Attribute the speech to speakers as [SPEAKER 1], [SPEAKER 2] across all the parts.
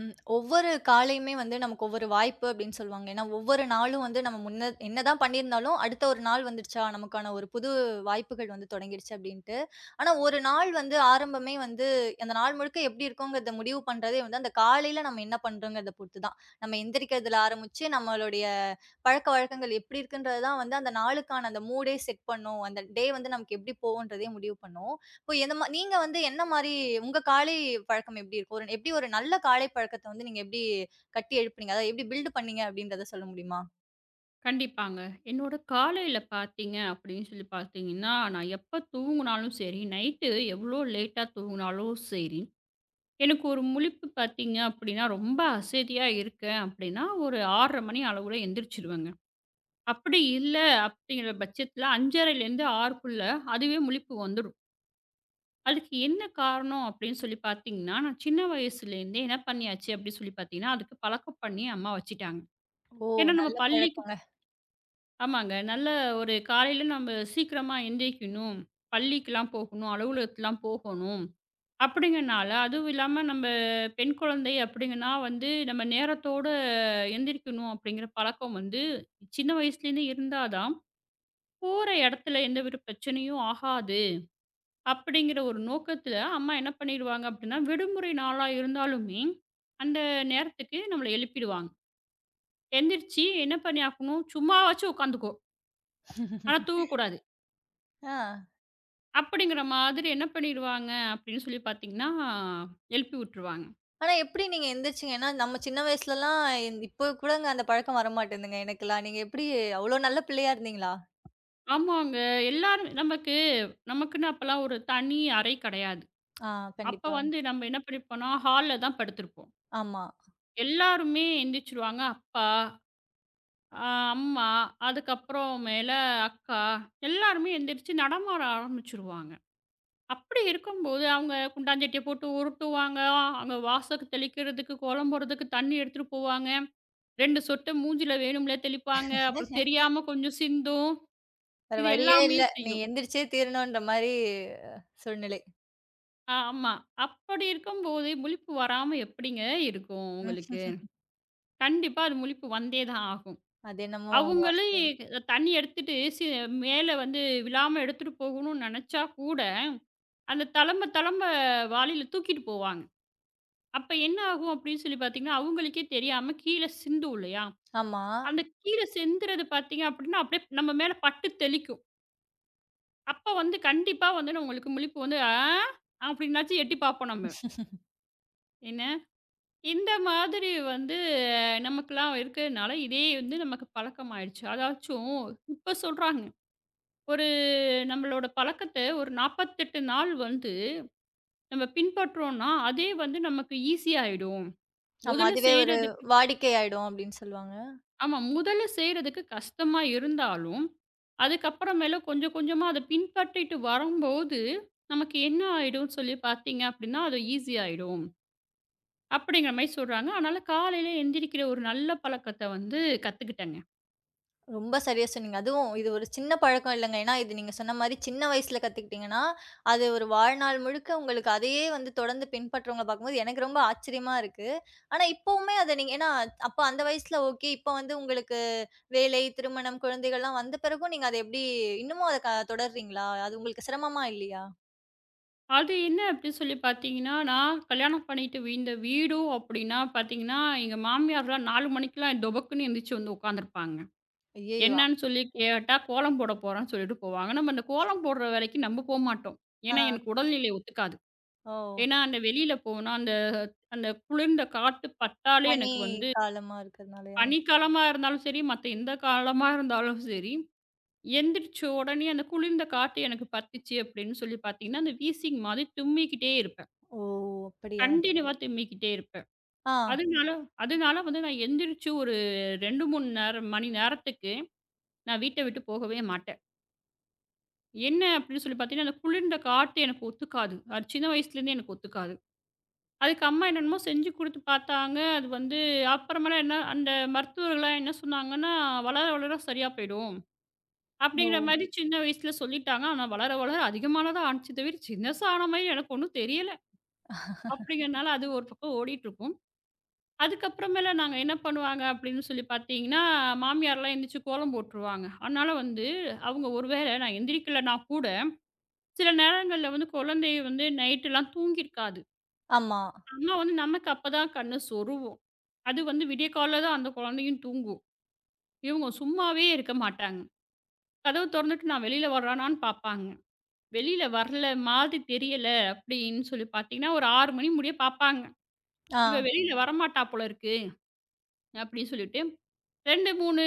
[SPEAKER 1] ம். ஒவ்வொரு காலையுமே வந்து நமக்கு ஒவ்வொரு வாய்ப்பு அப்படின்னு சொல்லுவாங்க. ஏன்னா, ஒவ்வொரு நாளும் வந்து நம்ம முன்ன என்னதான் பண்ணியிருந்தாலும், அடுத்த ஒரு நாள் வந்துடுச்சா, நமக்கான ஒரு புது வாய்ப்புகள் வந்து தொடங்கிடுச்சு அப்படின்ட்டு. ஆனா, ஒரு நாள் வந்து ஆரம்பமே வந்து அந்த நாள் முழுக்க எப்படி இருக்குங்கிறத முடிவு பண்றதே வந்து, அந்த காலையில நம்ம என்ன பண்றோங்கிறத பொறுத்து தான். நம்ம எந்திரிக்கிறதுல ஆரம்பிச்சு, நம்மளுடைய பழக்கவழக்கங்கள் எப்படி இருக்குன்றது தான் வந்து, அந்த நாளுக்கான அந்த மூடே செட் பண்ணும். அந்த டே வந்து நமக்கு எப்படி போகுன்றதையும் முடிவு பண்ணும். இப்போ எந்த மா நீங்க வந்து என்ன மாரி உங்க காலை பழக்கம் எப்படி இருக்கும்? ஒரு எப்படி ஒரு நல்ல காலை பழக்கத்த வந்து நீங்க எப்படி கட்டி எழுப்புனீங்க? அதாவது எப்படி பில்ட் பண்ணீங்க அப்படின்றத சொல்ல முடியுமா?
[SPEAKER 2] கண்டிப்பாங்க. என்னோட காலையில பார்த்தீங்க அப்படின்னு சொல்லி பார்த்தீங்கன்னா, நான் எப்ப தூங்குனாலும் சரி, நைட்டு எவ்வளோ லேட்டா தூங்குனாலும் சரி, எனக்கு ஒரு முழிப்பு பார்த்தீங்க அப்படின்னா, ரொம்ப அசதியா இருக்கேன் அப்படின்னா, ஒரு 6:30 மணி அளவுல எந்திரிச்சுருவேங்க. அப்படி இல்ல அப்படிங்கிற பட்சத்தில 5:30லேருந்து 6க்குள்ள அதுவே முழிப்பு வந்துரும். அதுக்கு என்ன காரணம் அப்படின்னு சொல்லி பார்த்தீங்கன்னா, நான் சின்ன வயசுலேருந்தே என்ன பண்ணியாச்சு அப்படின்னு சொல்லி பார்த்தீங்கன்னா, அதுக்கு பழக்கம் பண்ணி அம்மா வச்சுட்டாங்க.
[SPEAKER 1] ஓ!
[SPEAKER 2] ஏன்னா நம்ம
[SPEAKER 1] நல்ல
[SPEAKER 2] பள்ளிக்கு
[SPEAKER 1] பழக்கங்க.
[SPEAKER 2] ஆமாங்க. நல்ல ஒரு காலையில நம்ம சீக்கிரமா எந்திரிக்கணும். பள்ளிக்குலாம் போகணும், அலுவலகத்துக்குலாம் போகணும். அப்படிங்கனால, அதுவும் இல்லாம நம்ம பெண் குழந்தை அப்படிங்கன்னா வந்து, நம்ம நேரத்தோட எந்திரிக்கணும் அப்படிங்கிற பழக்கம் வந்து, சின்ன வயசுலேருந்து இருந்தா தான், போற இடத்துல எந்த ஒரு பிரச்சனையும் ஆகாது. அப்படிங்கிற ஒரு நோக்கத்துல அம்மா என்ன பண்ணிருவாங்க அப்படின்னா, விடுமுறை நாளா இருந்தாலுமே, அந்த நேரத்துக்கு நம்மள எழுப்பிடுவாங்க. எந்திரிச்சு என்ன பண்ணியாகணும், சும்மாவாச்சும் உட்காந்துக்கோ. ஆனா தூங்கக்கூடாது.
[SPEAKER 1] ஆ.
[SPEAKER 2] அப்படிங்கிற மாதிரி என்ன பண்ணிடுவாங்க அப்படின்னு சொல்லி பார்த்தீங்கன்னா, எழுப்பி விட்டுருவாங்க.
[SPEAKER 1] ஆனா எப்படி நீங்க எந்திரிச்சீங்க? ஏன்னா நம்ம சின்ன வயசுலலாம் என் இப்போ கூடங்க அந்த பழக்கம் வரமாட்டேதுங்க எனக்கெல்லாம். நீங்க எப்படி அவ்ளோ நல்ல பிள்ளையா இருந்தீங்களா?
[SPEAKER 2] ஆமாங்க. எல்லாரும் நமக்கு நமக்குன்னு அப்பலாம் ஒரு தனி அறை கிடையாது.
[SPEAKER 1] ஆ,
[SPEAKER 2] அப்ப
[SPEAKER 1] கண்டிப்பா.
[SPEAKER 2] வந்து நம்ம என்ன பண்ணியிருப்போம்னா, ஹால்ல தான் படுத்திருப்போம்.
[SPEAKER 1] ஆமா.
[SPEAKER 2] எல்லாருமே எந்திரிச்சுருவாங்க. அப்பா, அ அம்மா, அதுக்கப்புறம் மேல அக்கா, எல்லாருமே எந்திரிச்சு நடமாட ஆரம்பிச்சுருவாங்க. அப்படி இருக்கும்போது அவங்க குண்டாஞ்சட்டிய போட்டு உருட்டுவாங்க. அங்க வாசலுக்கு தெளிக்கிறதுக்கு, குளம் போடுறதுக்கு தண்ணி எடுத்துட்டு போவாங்க. 2 சொட்டு மூஞ்சில வேணும்னே தெளிப்பாங்க. அப்புறம் தெரியாம கொஞ்சம் சிந்தும்.
[SPEAKER 1] வேற
[SPEAKER 2] இது
[SPEAKER 1] வழியே
[SPEAKER 2] எல்லாமே
[SPEAKER 1] இல்ல. நீ
[SPEAKER 2] செய்யும்.
[SPEAKER 1] எந்திரிச்சே தீரணுன்ற மாரி சூழ்நிலை.
[SPEAKER 2] ஆமா. அப்படி இருக்கும்போது முழிப்பு வராம எப்படிங்க இருக்கும்
[SPEAKER 1] ம்.
[SPEAKER 2] உங்களுக்கு? கண்டிப்பா அது முழிப்பு வந்தே தான் ஆகும்.
[SPEAKER 1] அது என்னமோ வாஸ்.
[SPEAKER 2] அவங்களே தண்ணி எடுத்துட்டு மேல வந்து விழாம எடுத்துட்டு போகணும்னு நெனச்சா கூட, அந்த தளம்ப தளம்ப வாளியில தூக்கிட்டு போவாங்க. அப்ப என்ன ஆகும் அப்படின்னு சொல்லி பார்த்தீங்கன்னா, அவங்களுக்கே தெரியாம கீழ சிந்தும் இல்லையா?
[SPEAKER 1] ஆமா.
[SPEAKER 2] அந்த கீழ சிந்துறது பார்த்தீங்க அப்படின்னா, அப்படியே நம்ம மேல பட்டு தெளிக்கும். அப்ப வந்து கண்டிப்பா வந்து நான் உங்களுக்கு முழிப்பு வந்து, ஆ அப்படின்னாச்சும் எட்டி பார்ப்போம் நம்ம. என்ன, இந்த மாதிரி வந்து நமக்கெல்லாம் இருக்கிறதுனால, இதே வந்து நமக்கு பழக்கமாயிடுச்சு. அதாச்சும் இப்ப சொல்றாங்க, ஒரு நம்மளோட பழக்கத்த ஒரு 48 நாள் வந்து நம்ம பின்பற்றோம்னா, அதே வந்து நமக்கு ஈஸி ஆயிடும்.
[SPEAKER 1] ஆமா.
[SPEAKER 2] முதல்ல
[SPEAKER 1] அதுவே ஒரு
[SPEAKER 2] செய்றதுக்கு
[SPEAKER 1] வாடிக்கை ஆயிடும் அப்படின்னு சொல்லுவாங்க.
[SPEAKER 2] ஆமா. முதல்ல செய்றதுக்கு கஷ்டமா இருந்தாலும், அதுக்கப்புறமேல கொஞ்சம் கொஞ்சமா அத பின்பற்றிட்டு வரும்போது, நமக்கு என்ன ஆயிடும்னு சொல்லி பார்த்தீங்க அப்படின்னா, அது ஈஸி ஆயிடும். அப்படிங்கிற மாரி சொல்றாங்க. அதனால காலையில எந்திரிக்கிற ஒரு நல்ல பழக்கத்த வந்து கத்துக்கிட்டேங்க.
[SPEAKER 1] ரொம்ப சரியா சொன்னீங்க. அதுவும் இது ஒரு சின்ன பழக்கம் இல்லங்க. ஏன்னா, இது நீங்க சொன்ன மாரி சின்ன வயசுல கத்துக்கிட்டீங்கன்னா, அது ஒரு வாழ்நாள் முழுக்க உங்களுக்கு அதையே வந்து தொடர்ந்து பின்பற்றவங்கள பார்க்கும்போது எனக்கு ரொம்ப ஆச்சரியமா இருக்கு. ஆனா, இப்பவுமே அத நீங்க ஏன்னா அப்ப அந்த வயசுல ஓகே. இப்ப வந்து உங்களுக்கு வேலை, திருமணம், குழந்தைகள்லாம் வந்த பிறகும் நீங்க அத எப்படி இன்னமும் அத தொடர்றீங்களா? அது உங்களுக்கு சிரமமா இல்லையா?
[SPEAKER 2] அது என்ன அப்படின்னு சொல்லி பார்த்தீங்கன்னா, நான் கல்யாணம் பண்ணிட்டு இந்த வீடும் அப்படின்னா பார்த்தீங்கன்னா, எங்க மாமியார்லாம் 4 மணிக்கெல்லாம் டொபக்குன்னு எந்திரிச்சு வந்து உட்காந்துருப்பாங்க.
[SPEAKER 1] ஐய்யயோ!
[SPEAKER 2] என்னான்னு சொல்லி கேட்டா, கோலம் போட போறேன்னு சொல்லிட்டு போவாங்க. நம்ம அந்த கோலம் போடுற வேலைக்கு நம்ம போமாட்டோம்.
[SPEAKER 1] ஆ.
[SPEAKER 2] ஏன்னா, எனக்கு உடல்நிலை ஒத்துக்காது.
[SPEAKER 1] ஓ!
[SPEAKER 2] ஏன்னா, அந்த வெளியில போனா அந்த அந்த குளிர்ந்த காத்து பட்டாலே
[SPEAKER 1] பனி
[SPEAKER 2] எனக்கு வந்து
[SPEAKER 1] காலமா இருக்கிறதுனாலயா?
[SPEAKER 2] பனிக்காலமா இருந்தாலும் சரி, மத்த எந்த காலமா இருந்தாலும் சரி, எந்திரிச்ச உடனே அந்த குளிர்ந்த காத்து எனக்கு பட்டுச்சு அப்படின்னு சொல்லி பார்த்தீங்கன்னா, அந்த வீசிங் மாதிரி தும்மிக்கிட்டே இருப்பேன்.
[SPEAKER 1] ஓ! அப்படியா?
[SPEAKER 2] கன்டினியூவா தும்மிக்கிட்டே இருப்பேன்.
[SPEAKER 1] ஆ.
[SPEAKER 2] அதனால அதனால வந்து நான் எந்திரிச்சு ஒரு 2, 3 நேரம் மணி நேரத்துக்கு நான் வீட்ட விட்டு போகவே மாட்டேன். என்ன அப்படின்னு சொல்லி பார்த்தீங்கன்னா, அந்த குளிர்ந்த காத்து எனக்கு ஒத்துக்காது. அது சின்ன வயசுலேருந்தே எனக்கு ஒத்துக்காது. அதுக்கு அம்மா என்னென்னமோ செஞ்சு குடுத்து பார்த்தாங்க. அது வந்து அப்புறமேல என்ன அந்த மருத்துவர்கள்லாம் என்ன சொன்னாங்கன்னா, "வளர வளர சரியா போயிடும்."
[SPEAKER 1] ஓ!
[SPEAKER 2] அப்படிங்கிற மாரி சின்ன வயசுல சொல்லிட்டாங்க. ஆனா வளர வளர அதிகமானதா ஆணுச்சு தவிர, சின்னசா ஆன மாரி எனக்கு ஒண்ணும் தெரியல. அப்படிங்கிறனால அது ஒரு பக்கம் ஓடிட்டுருக்கும். அதுக்கப்புறமேல நாங்க என்ன பண்ணுவாங்க அப்படின்னு சொல்லி பார்த்தீங்கன்னா, மாமியார்லாம் எந்திரிச்சு கோலம் போட்டுருவாங்க. அதனால வந்து அவங்க ஒரு வேளை நான் எந்திரிக்கலனா கூட சில நேரங்கள்ல வந்து குழந்தை வந்து நைட்லாம் தூங்கியிருக்காது.
[SPEAKER 1] ஆமா.
[SPEAKER 2] ஆனா வந்து நமக்கு அப்பதான் கண்ணு சொருவும். அது வந்து விடியற்காலைல தான் அந்த குழந்தையும் தூங்கும். இவங்க சும்மாவே இருக்க மாட்டாங்க. கதவு தொறந்துட்டு நான் வெளியில வர்றானான்னு பார்ப்பாங்க. வெளியில வரல மாதிரி தெரியல அப்படின்னு சொல்லி பார்த்தீங்கன்னா, ஒரு 6 மணி முடிய பார்ப்பாங்க.
[SPEAKER 1] ஆ.
[SPEAKER 2] இவ வெளியில வரமாட்டா போல இருக்கு அப்படின்னு சொல்லிட்டு 2, 3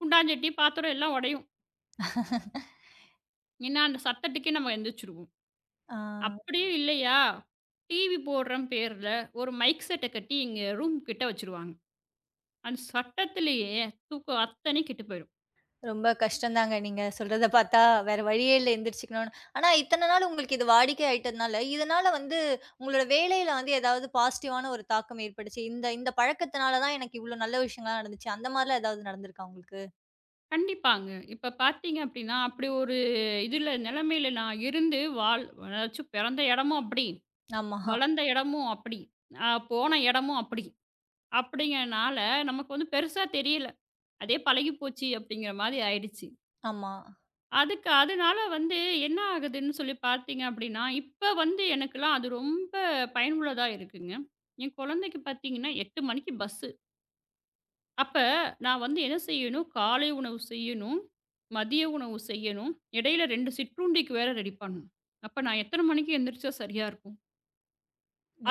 [SPEAKER 2] குண்டாஞ்சட்டி, பாத்திரம் எல்லாம் உடையும். ஏன்னா அந்த சத்தத்துக்கே நம்ம எந்திரிச்சுருவோம்.
[SPEAKER 1] ஆ.
[SPEAKER 2] அப்படியும் இல்லையா, டிவி போடுறேன் பேர்ல, ஒரு மைக் செட்ட கட்டி எங்க ரூம் கிட்ட வச்சுருவாங்க. அந்த சத்தத்திலேயே தூக்கம் அத்தனையும் கெட்டு போயிரும்.
[SPEAKER 1] ரொம்ப கஷ்டந்தாங்க. நீங்க சொல்றத பார்த்தா வேற வழியே இல்ல எந்திரிச்சுக்கணும்னு. ஆனா இத்தன நாள் உங்களுக்கு இது வாடிக்கை ஆயிட்டதுனால, இதனால வந்து உங்களோட வேலையில வந்து ஏதாவது பாசிட்டிவான ஒரு தாக்கம் ஏற்பட்டுச்சு. இந்த இந்த பழக்கத்தினால தான் எனக்கு இவ்ளோ நல்ல விஷயங்கள்லாம் நடந்துச்சு. அந்த மாரிலாம் ஏதாவது நடந்திருக்கா உங்களுக்கு?
[SPEAKER 2] கண்டிப்பாங்க. இப்ப பார்த்தீங்க அப்படின்னா, அப்படி ஒரு இதுல நிலைமையில நான் இருந்து அதாச்சும் பிறந்த இடமும் அப்படி,
[SPEAKER 1] ஆமா,
[SPEAKER 2] வளர்ந்த இடமும் அப்படி, போன இடமும் அப்படி. அப்படிங்கிறனால நமக்கு வந்து பெருசா தெரியல. அதே பழகி போச்சு அப்படிங்கிற மாரி ஆயிடுச்சு.
[SPEAKER 1] ஆமா.
[SPEAKER 2] அதுக்கு அதனால வந்து என்ன ஆகுதுன்னு சொல்லி பார்த்தீங்க அப்படின்னா, இப்ப வந்து எனக்கெல்லாம் அது ரொம்ப பயனுள்ளதா இருக்குங்க. என் குழந்தைக்கு பார்த்தீங்கன்னா 8 மணிக்கு பஸ்ஸு. அப்ப நான் வந்து என்ன செய்யணும், காலை உணவு செய்யணும், மதிய உணவு செய்யணும், இடையில 2 சிற்றுண்டிக்கு வேற ரெடி பண்ணணும். அப்ப நான் எத்தன மணிக்கு எந்திரிச்சா சரியா இருக்கும்?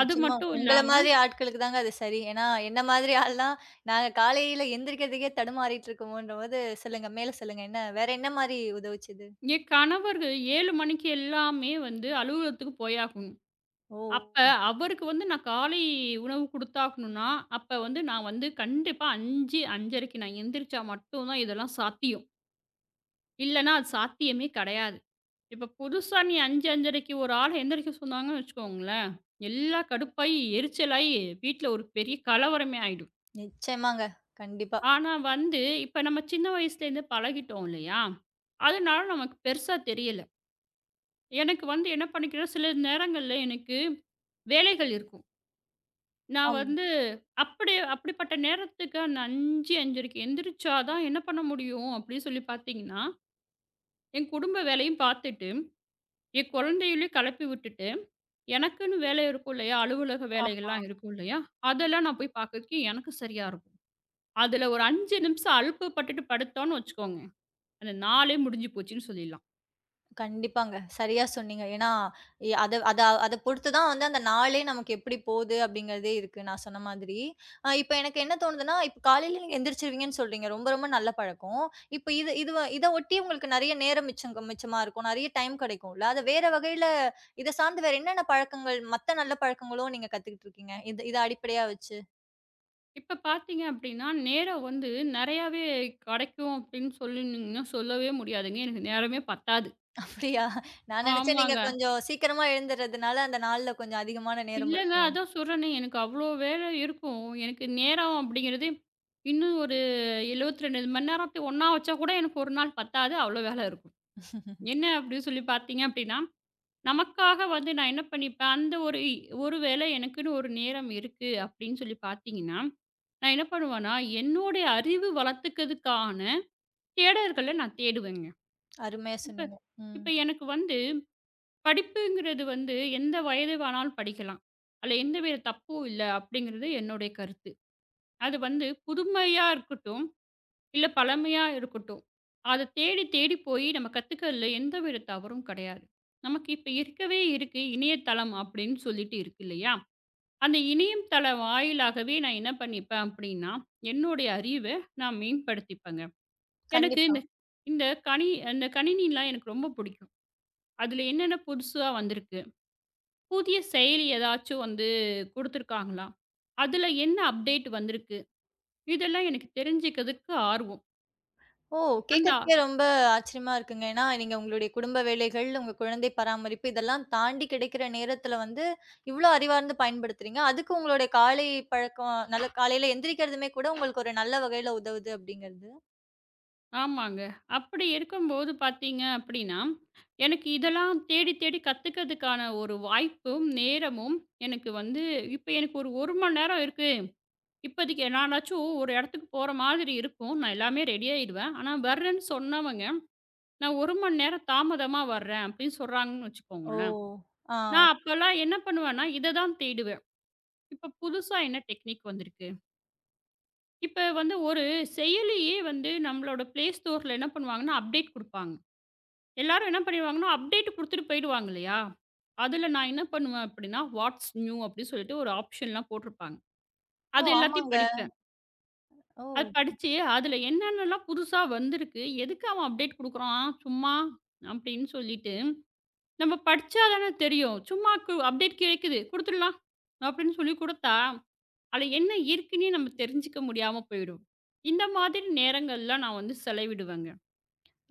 [SPEAKER 2] அது மட்டும்
[SPEAKER 1] உங்கள
[SPEAKER 2] இல்லாம,
[SPEAKER 1] மாதிரி ஆட்களுக்கு தாங்க அது சரி. ஏன்னா, என்ன மாதிரி ஆள்லாம் நாங்க காலையில எந்திரிக்கிறதுக்கே தடுமாறிட்டு இருக்கோமோன்றபோது சொல்லுங்க. மேல சொல்லுங்க. என்ன வேற என்ன மாரி உதவுச்சுது?
[SPEAKER 2] என் கணவர் 7 மணிக்கு எல்லாமே வந்து அலுவலகத்துக்கு போயாகணும்.
[SPEAKER 1] ஓ!
[SPEAKER 2] அப்ப அவருக்கு வந்து நான் காலை உணவு குடுத்தாகணும்னா, அப்ப வந்து நான் வந்து கண்டிப்பா 5, 5:30க்கு நான் எந்திரிச்சா மட்டும் தான் இதெல்லாம் சாத்தியம். இல்லன்னா அது சாத்தியமே கிடையாது. இப்ப புதுசா நீ 5, 5:30க்கு ஒரு ஆள எந்திரிக்க சொன்னாங்கன்னு வச்சுக்கோங்களேன், எல்லா கடுப்பாயி, எரிச்சலாயி வீட்ல ஒரு பெரிய கலவரமே ஆயிடும்.
[SPEAKER 1] நிச்சயமாங்க. கண்டிப்பா.
[SPEAKER 2] ஆனா வந்து இப்ப நம்ம சின்ன வயசுலேருந்து பழகிட்டோம் இல்லையா? அதனால நமக்கு பெருசா தெரியல. எனக்கு வந்து என்ன பண்ணிக்கிறேன், சில நேரங்கள்ல எனக்கு வேலைகள் இருக்கும். நான்
[SPEAKER 1] ஆம்.
[SPEAKER 2] வந்து அப்படிப்பட்ட நேரத்துக்கு அந்த 5, 5:30க்கு எந்திரிச்சா தான் என்ன பண்ண முடியும் அப்படின்னு சொல்லி பார்த்தீங்கன்னா, என் குடும்ப வேலையும் பார்த்துட்டு, என் குழந்தைகளையும் கிளப்பி விட்டுட்டு, எனக்குன்னு வேலை இருக்கும் இல்லையா? அலுவலக வேலைகள்லாம் இருக்கும் இல்லையா? அதெல்லாம் நான் போய் பார்க்கறதுக்கு எனக்கு சரியா இருக்கும். அதில ஒரு 5 நிமிஷம் அலுப்பு பட்டுட்டு படுத்தோம்னு வச்சுக்கோங்க, அந்த நாளே முடிஞ்சு போச்சுன்னு சொல்லிடலாம்.
[SPEAKER 1] கண்டிப்பாங்க. சரியா சொன்னீங்க. ஏன்னா, எ அத அத அத பொறுத்து தான் வந்து அந்த நாளே நமக்கு எப்படி போகுது அப்படிங்கிறதே இருக்கு. நான் சொன்ன மாதிரி. அ இப்ப எனக்கு என்ன தோணுதுன்னா, இப்ப காலையில நீங்க எந்திரிச்சிருவீங்கன்னு சொல்றீங்க. ரொம்ப ரொம்ப நல்ல பழக்கம். இப்ப இது இது வ- இத ஒட்டி உங்களுக்கு நெறைய நேரம் மிச்சம் மிச்சமா இருக்கும். நெறைய டைம் கிடைக்கும்ல. அத வேற வகையில இத சார்ந்து வேற என்னென்ன பழக்கங்கள், மத்த நல்ல பழக்கங்களும் நீங்க கத்துக்கிட்டு இருக்கீங்க? இது இத அடிப்படையா வச்சு.
[SPEAKER 2] இப்ப பார்த்தீங்க அப்படின்னா, நேரம் வந்து நெறையாவே கிடைக்கும் அப்படின்னு சொல்லி நீங்கன்னா சொல்லவே முடியாதுங்க. எனக்கு நேரமே பத்தாது.
[SPEAKER 1] அப்படியா? நான் நெனச்சேன் நீங்க
[SPEAKER 2] ஆமாங்க.
[SPEAKER 1] கொஞ்சம் சீக்கிரமா எழுந்துறதுனால, அந்த நாள்ல கொஞ்சம் அதிகமான நேரம்
[SPEAKER 2] இல்லங்க.
[SPEAKER 1] இருக்கும்.
[SPEAKER 2] அதான் சொல்றேனே, எனக்கு அவ்ளோ வேலை இருக்கும். எனக்கு நேரம் அப்படிங்கிறது, இன்னும் ஒரு 72 மணி நேரத்த ஒண்ணா வச்சா கூட எனக்கு 1 நாள் பத்தாது. அவ்ளோ வேலை இருக்கும். என்ன அப்படின்னு சொல்லி பார்த்தீங்க அப்படின்னா, நமக்காக வந்து நான் என்ன பண்ணிப்பேன், அந்த ஒரு ஒரு வேளை எனக்குன்னு ஒரு நேரம் இருக்கு அப்படின்னு சொல்லி பார்த்தீங்கன்னா, நான் என்ன பண்ணுவேன்னா, என்னுடைய அறிவு வளர்த்துக்கிறதுக்கான தேடல்கள நான் தேடுவேங்க.
[SPEAKER 1] அருமையா
[SPEAKER 2] இப்ப
[SPEAKER 1] சொன்னீங்க. ம்.
[SPEAKER 2] இப்ப எனக்கு வந்து படிப்புங்கிறது வந்து எந்த வயது வேணாலும் படிக்கலாம். அதுல எந்த வித தப்பும் இல்ல அப்படிங்கிறது என்னுடைய கருத்து. அது வந்து புதுமையா இருக்கட்டும், இல்ல பழமையா இருக்கட்டும். அத தேடி தேடி போய் நம்ம கத்துக்கிறதுல எந்த வித தவறும் கிடையாது. நமக்கு இப்ப இருக்கவே இருக்கு இணையதளம் அப்படின்னு சொல்லிட்டு இருக்கு இல்லையா? அந்த இணையம் தளம் வாயிலாகவே நான் என்ன பண்ணிப்பேன் அப்படின்னா, என்னுடைய அறிவ நான் மேம்படுத்திப்பேங்க. எனக்கு
[SPEAKER 1] கண்டிப்பா.
[SPEAKER 2] இந்த இந்த கணி அந்த கணினிலாம் எனக்கு ரொம்ப பிடிக்கும். அதுல என்னென்ன புதுசா வந்திருக்கு? புதிய செயலி ஏதாச்சும் வந்து குடுத்துருக்காங்களா? அதுல என்ன அப்டேட் வந்திருக்கு? இதெல்லாம் எனக்கு தெரிஞ்சுக்கிறதுக்கு ஆர்வம்.
[SPEAKER 1] ஓ!
[SPEAKER 2] அந்த
[SPEAKER 1] கேட்கறதுக்கே ரொம்ப ஆச்சரியமா இருக்குங்க. ஏன்னா, நீங்க உங்களுடைய குடும்ப வேலைகள், உங்க குழந்தை பராமரிப்பு இதெல்லாம் தாண்டி கிடைக்கிற நேரத்தில வந்து, இவ்ளோ அறிவார்ந்து பயன்படுத்துறீங்க. அதுக்கு உங்களுடைய காலை பழக்கம் நல்ல காலையில எந்திரிக்கிறதுமே கூட உங்களுக்கு ஒரு நல்ல வகையில உதவுது அப்படிங்கிறது.
[SPEAKER 2] ஆமாங்க. அப்படி இருக்கும்போது பார்த்தீங்க அப்படின்னா, எனக்கு இதெல்லாம் தேடி தேடி கத்துக்கிறதுக்கான ஒரு வாய்ப்பும், நேரமும் எனக்கு வந்து இப்ப எனக்கு ஒரு 1 மணி நேரம் இருக்கு. இப்போதைக்கு நானாச்சும் ஒரு இடத்துக்கு போற மாதிரி இருக்கும். நான் எல்லாமே ரெடி ஆயிடுவேன். ஆனா வர்றேன்னு சொன்னவங்க, நான் 1 மணி நேரம் தாமதமா வர்றேன் அப்படின்னு சொல்றாங்கன்னு
[SPEAKER 1] ஓ!
[SPEAKER 2] வச்சுக்கோங்களேன்.
[SPEAKER 1] ஆ.
[SPEAKER 2] நான் அப்போலாம் என்ன பண்ணுவேன்னா, இத தான் தேடுவேன். இப்ப புதுசா என்ன டெக்னிக் வந்திருக்கு? இப்ப வந்து ஒரு செயலியே வந்து நம்மளோட Play Storeல என்ன பண்ணுவாங்கன்னா, அப்டேட் குடுப்பாங்க. எல்லாரும் என்ன பண்ணிடுவாங்கன்னா, அப்டேட் குடுத்துட்டு போயிடுவாங்க இல்லையா? அதுல நான் என்ன பண்ணுவேன் அப்படின்னா, வாட்ஸ் நியூ அப்படின்னு சொல்லிட்டு ஒரு ஆப்ஷன்லாம் போட்டிருப்பாங்க.
[SPEAKER 1] ஓ!
[SPEAKER 2] அது எல்லாத்தையும்
[SPEAKER 1] ஆமாங்க.
[SPEAKER 2] படிப்பேன்.
[SPEAKER 1] ஓ!
[SPEAKER 2] அது படிச்சு அதுல என்னென்னலாம் புதுசா வந்திருக்கு, எதுக்கு அவன் அப்டேட் குடுக்குறான் சும்மா அப்படின்னு சொல்லிட்டு, நம்ம படிச்சா தானே தெரியும். சும்மா அப்டேட் கிடைக்குது குடுத்துடலாம் அப்படின்னு சொல்லி குடுத்தா அதில என்ன இருக்குன்னே நம்ம தெரிஞ்சுக்க முடியாம போயிடும். இந்த மாதிரி நேரங்கள்லாம் நான் வந்து செலவிடுவேங்க.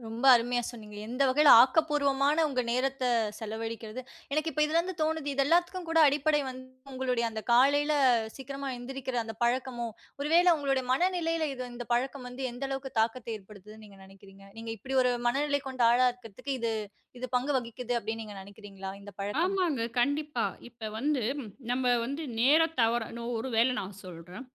[SPEAKER 1] ரொம்ப அருமையா சொன்னீங்க. எந்த வகையில ஆக்கப்பூர்வமான உங்க நேரத்த செலவழிக்கிறது. எனக்கு இப்ப இதுலருந்து தோணுது, இது எல்லாத்துக்கும் கூட அடிப்படை வந்து உங்களுடைய அந்த காலையில சீக்கிரமா எந்திரிக்கிற அந்த பழக்கமும், ஒருவேளை உங்களுடைய மனநிலையில இது இந்த பழக்கம் வந்து எந்த அளவுக்கு தாக்கத்தை ஏற்படுத்துதுன்னு நீங்க நினைக்கிறீங்க? நீங்க இப்படி ஒரு மனநிலை கொண்ட ஆளா இருக்கிறதுக்கு இது இது பங்கு வகிக்குது அப்படின்னு நீங்க நினைக்கிறீங்களா, இந்த பழக்கம்?
[SPEAKER 2] ஆமாங்க, கண்டிப்பா. இப்ப வந்து நம்ம வந்து நேர தவற இன்னும் ஒரு வேளை நான் சொல்றேன்.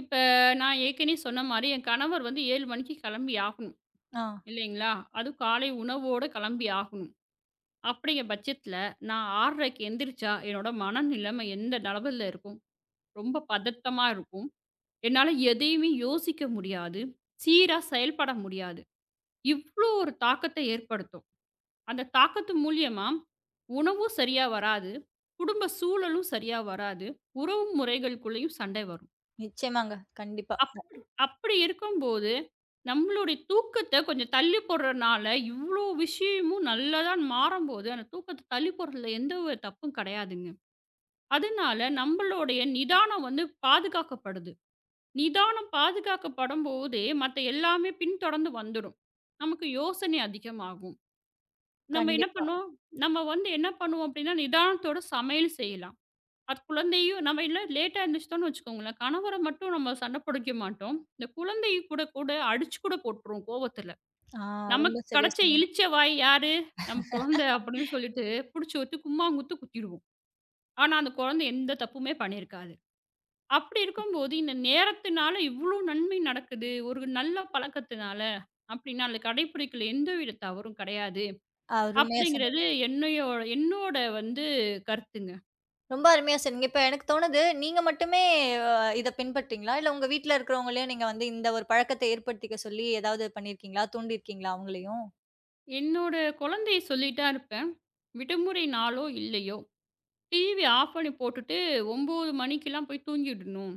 [SPEAKER 2] இப்ப நான் ஏற்கனவே சொன்ன மாரி என் கணவர் வந்து 7 மணிக்கு கிளம்பி ஆகணும்
[SPEAKER 1] ஆ,
[SPEAKER 2] இல்லைங்களா? அதுவும் காலை உணவோட கிளம்பி ஆகணும். அப்படிங்கிற பட்சத்தில நான் 6:30க்கு எந்திரிச்சா என்னோட மனநிலைமை எந்த நிலமையில இருக்கும்? ரொம்ப பதட்டமா இருக்கும். என்னால எதையுமே யோசிக்க முடியாது. சீரா செயல்பட முடியாது. இவ்ளோ ஒரு தாக்கத்த ஏற்படுத்தும். அந்த தாக்கத்து மூலியமா, உணவும் சரியா வராது. குடும்ப சூழலும் சரியா வராது. உறவு முறைகளுக்குள்ளேயும் சண்டை வரும்.
[SPEAKER 1] நிச்சயமாங்க. கண்டிப்பா.
[SPEAKER 2] அப்படி அப்படி இருக்கும்போது, நம்மளுடைய தூக்கத்த கொஞ்சம் தள்ளி போடுறனால, இவ்ளோ விஷயமும் நல்லதா மாறும்போது, அந்த தூக்கத்த தள்ளி போடுறதுல எந்த ஒரு தப்பும் கிடையாதுங்க. அதனால நம்மளுடைய நிதானம் வந்து பாதுகாக்கப்படுது. நிதானம் பாதுகாக்கப்படும் போதே, மத்த எல்லாமே பின்தொடர்ந்து வந்துரும். நமக்கு யோசனை அதிகமாகும். நம்ம என்ன
[SPEAKER 1] கண்டிப்பா.
[SPEAKER 2] பண்ணுவோம், நம்ம வந்து என்ன பண்ணுவோம் அப்படின்னா, நிதானத்தோட சமையல் செய்யலாம். அது குழந்தையும் நம்ம இல்ல லேட்டா எந்திரிச்சிட்டோம்னு வச்சுக்கோங்களேன், கணவர மட்டும் நம்ம சண்டை பிடிக்க மாட்டோம். இந்த குழந்தைய கூட கூட அடிச்சு கூட போட்டுருவோம் கோவத்துல.
[SPEAKER 1] ஆ, ரொம்ப
[SPEAKER 2] நமக்கு
[SPEAKER 1] சரியா
[SPEAKER 2] கிடைச்ச
[SPEAKER 1] சொன்னீங்க.
[SPEAKER 2] இளிச்ச வாய் யாரு? நம்ம குழந்தை அப்படின்னு சொல்லிட்டு புடிச்சு வச்சு கும்மாங்குத்து குத்திடுவோம். ஆனா, அந்த குழந்தை எந்த தப்புமே பண்ணியிருக்காது. அப்படி இருக்கும்போது இந்த நேரத்தினால இவ்ளோ நன்மை நடக்குது. ஒரு நல்ல பழக்கத்தினால அப்படின்னா, அதுல கடைப்பிடிக்கல எந்தவித தவறும் கிடையாது.
[SPEAKER 1] அருமையா சொன்னீங்க.
[SPEAKER 2] அப்படிங்கிறது என்னையோ என்னோட வந்து கருத்துங்க.
[SPEAKER 1] ரொம்ப அருமையா சொன்னீங்க. இப்ப எனக்கு தோணுது, நீங்க மட்டுமே அ இத பின்பற்றீங்களா? இல்ல உங்க வீட்ல இருக்கிறவங்களையும் நீங்க வந்து இந்த ஒரு பழக்கத்த ஏற்படுத்திக்க சொல்லி ஏதாவது பண்ணியிருக்கீங்களா? தூண்டியிருக்கீங்களா அவங்களையும்?
[SPEAKER 2] என்னோட குழந்தைய சொல்லிட்டு தான் இருப்பேன். விடுமுறை நாளோ இல்லையோ, டிவி ஆஃப் பண்ணி போட்டுட்டு 9 மணிக்கெல்லாம் போய் தூங்கிடணும்.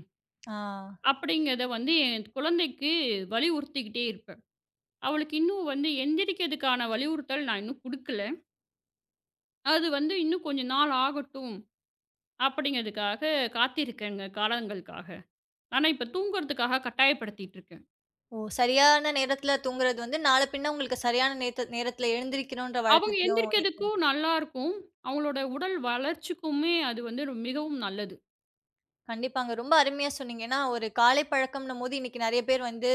[SPEAKER 1] ஆ.
[SPEAKER 2] அப்படிங்கிறத வந்து என் குழந்தைக்கு வலியுறுத்திக்கிட்டே இருப்பேன். அவளுக்கு இன்னும் வந்து எந்திரிக்கிறதுக்கான வலியுறுத்தல் நான் இன்னும் குடுக்கல. அது வந்து இன்னும் கொஞ்ச நாள் ஆகட்டும் அப்படிங்கிறதுக்காக காத்திருக்கேங்க, காலங்களுக்காக. ஆனா இப்ப தூங்குறதுக்காக கட்டாயப்படுத்திட்டு இருக்கேன்.
[SPEAKER 1] ஓ! சரியான நேரத்துல தூங்குறது வந்து நாள பின்ன உங்களுக்கு சரியான நேரத்துல எழுந்திரிக்கணுன்ற
[SPEAKER 2] அவங்க
[SPEAKER 1] வழக்கத்தையும்
[SPEAKER 2] எந்திரிக்கிறதுக்கும் நல்லா இருக்கும். அவங்களோட உடல் வளர்ச்சிக்குமே அது வந்து மிகவும் நல்லது.
[SPEAKER 1] கண்டிப்பாங்க. ரொம்ப அருமையா சொன்னீங்க. ஏன்னா, ஒரு காலை பழக்கம்ன்னும்போது இன்னைக்கு நெறைய பேர் வந்து,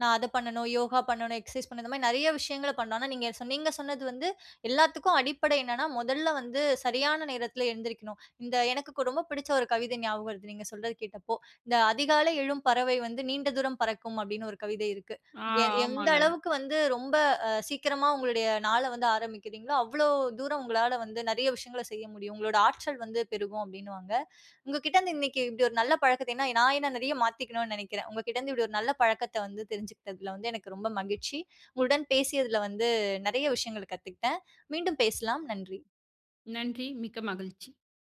[SPEAKER 1] நான் அத பண்ணணும், யோகா பண்ணணும், எக்சர்சைஸ் பண்ணணும். இந்த மாரி நெறைய விஷயங்கள பண்றோம். ஆனா, நீங்க சொன்னது வந்து எல்லாத்துக்கும் அடிப்படை என்னன்னா, முதல்ல வந்து சரியான நேரத்துல எழுந்திரிக்கணும். இந்த எனக்கு கு ரொம்ப பிடிச்ச ஒரு கவிதை ஞாபகம் வருது, நீங்க சொல்றது கேட்டப்போ. இந்த "அதிகாலை எழும் பறவை வந்து நீண்ட தூரம் பறக்கும்" அப்படின்னு ஒரு கவிதை இருக்கு.
[SPEAKER 2] ஆ
[SPEAKER 1] நீங்க எந்த
[SPEAKER 2] ஆமாங்க.
[SPEAKER 1] அளவுக்கு வந்து ரொம்ப அ சீக்கிரமா உங்களுடைய நாள வந்து ஆரம்பிக்கிறீங்களோ, அவ்ளோ தூரம் உங்களால வந்து நெறைய விஷயங்கள செய்ய முடியும். உங்களோட ஆற்றல் வந்து பெருகும் அப்படின்னுவாங்க. உங்ககிட்ட இருந்து இன்னைக்கு இப்படி ஒரு நல்ல பழக்கத்த ஏன்னா நான் என்ன நிறைய மாத்திக்கணும்னு நினைக்கிறேன். உங்ககிட்ட இருந்து இப்படி ஒரு நல்ல பழக்கத்த வந்து தெரிஞ்சுக்கிட்டதுல வந்து எனக்கு ரொம்ப மகிழ்ச்சி. உங்களுடன் பேசியதுல வந்து நெறைய விஷயங்கள் கத்துக்கிட்டேன். மீண்டும் பேசலாம். நன்றி.
[SPEAKER 2] நன்றி. மிக்க மகிழ்ச்சி.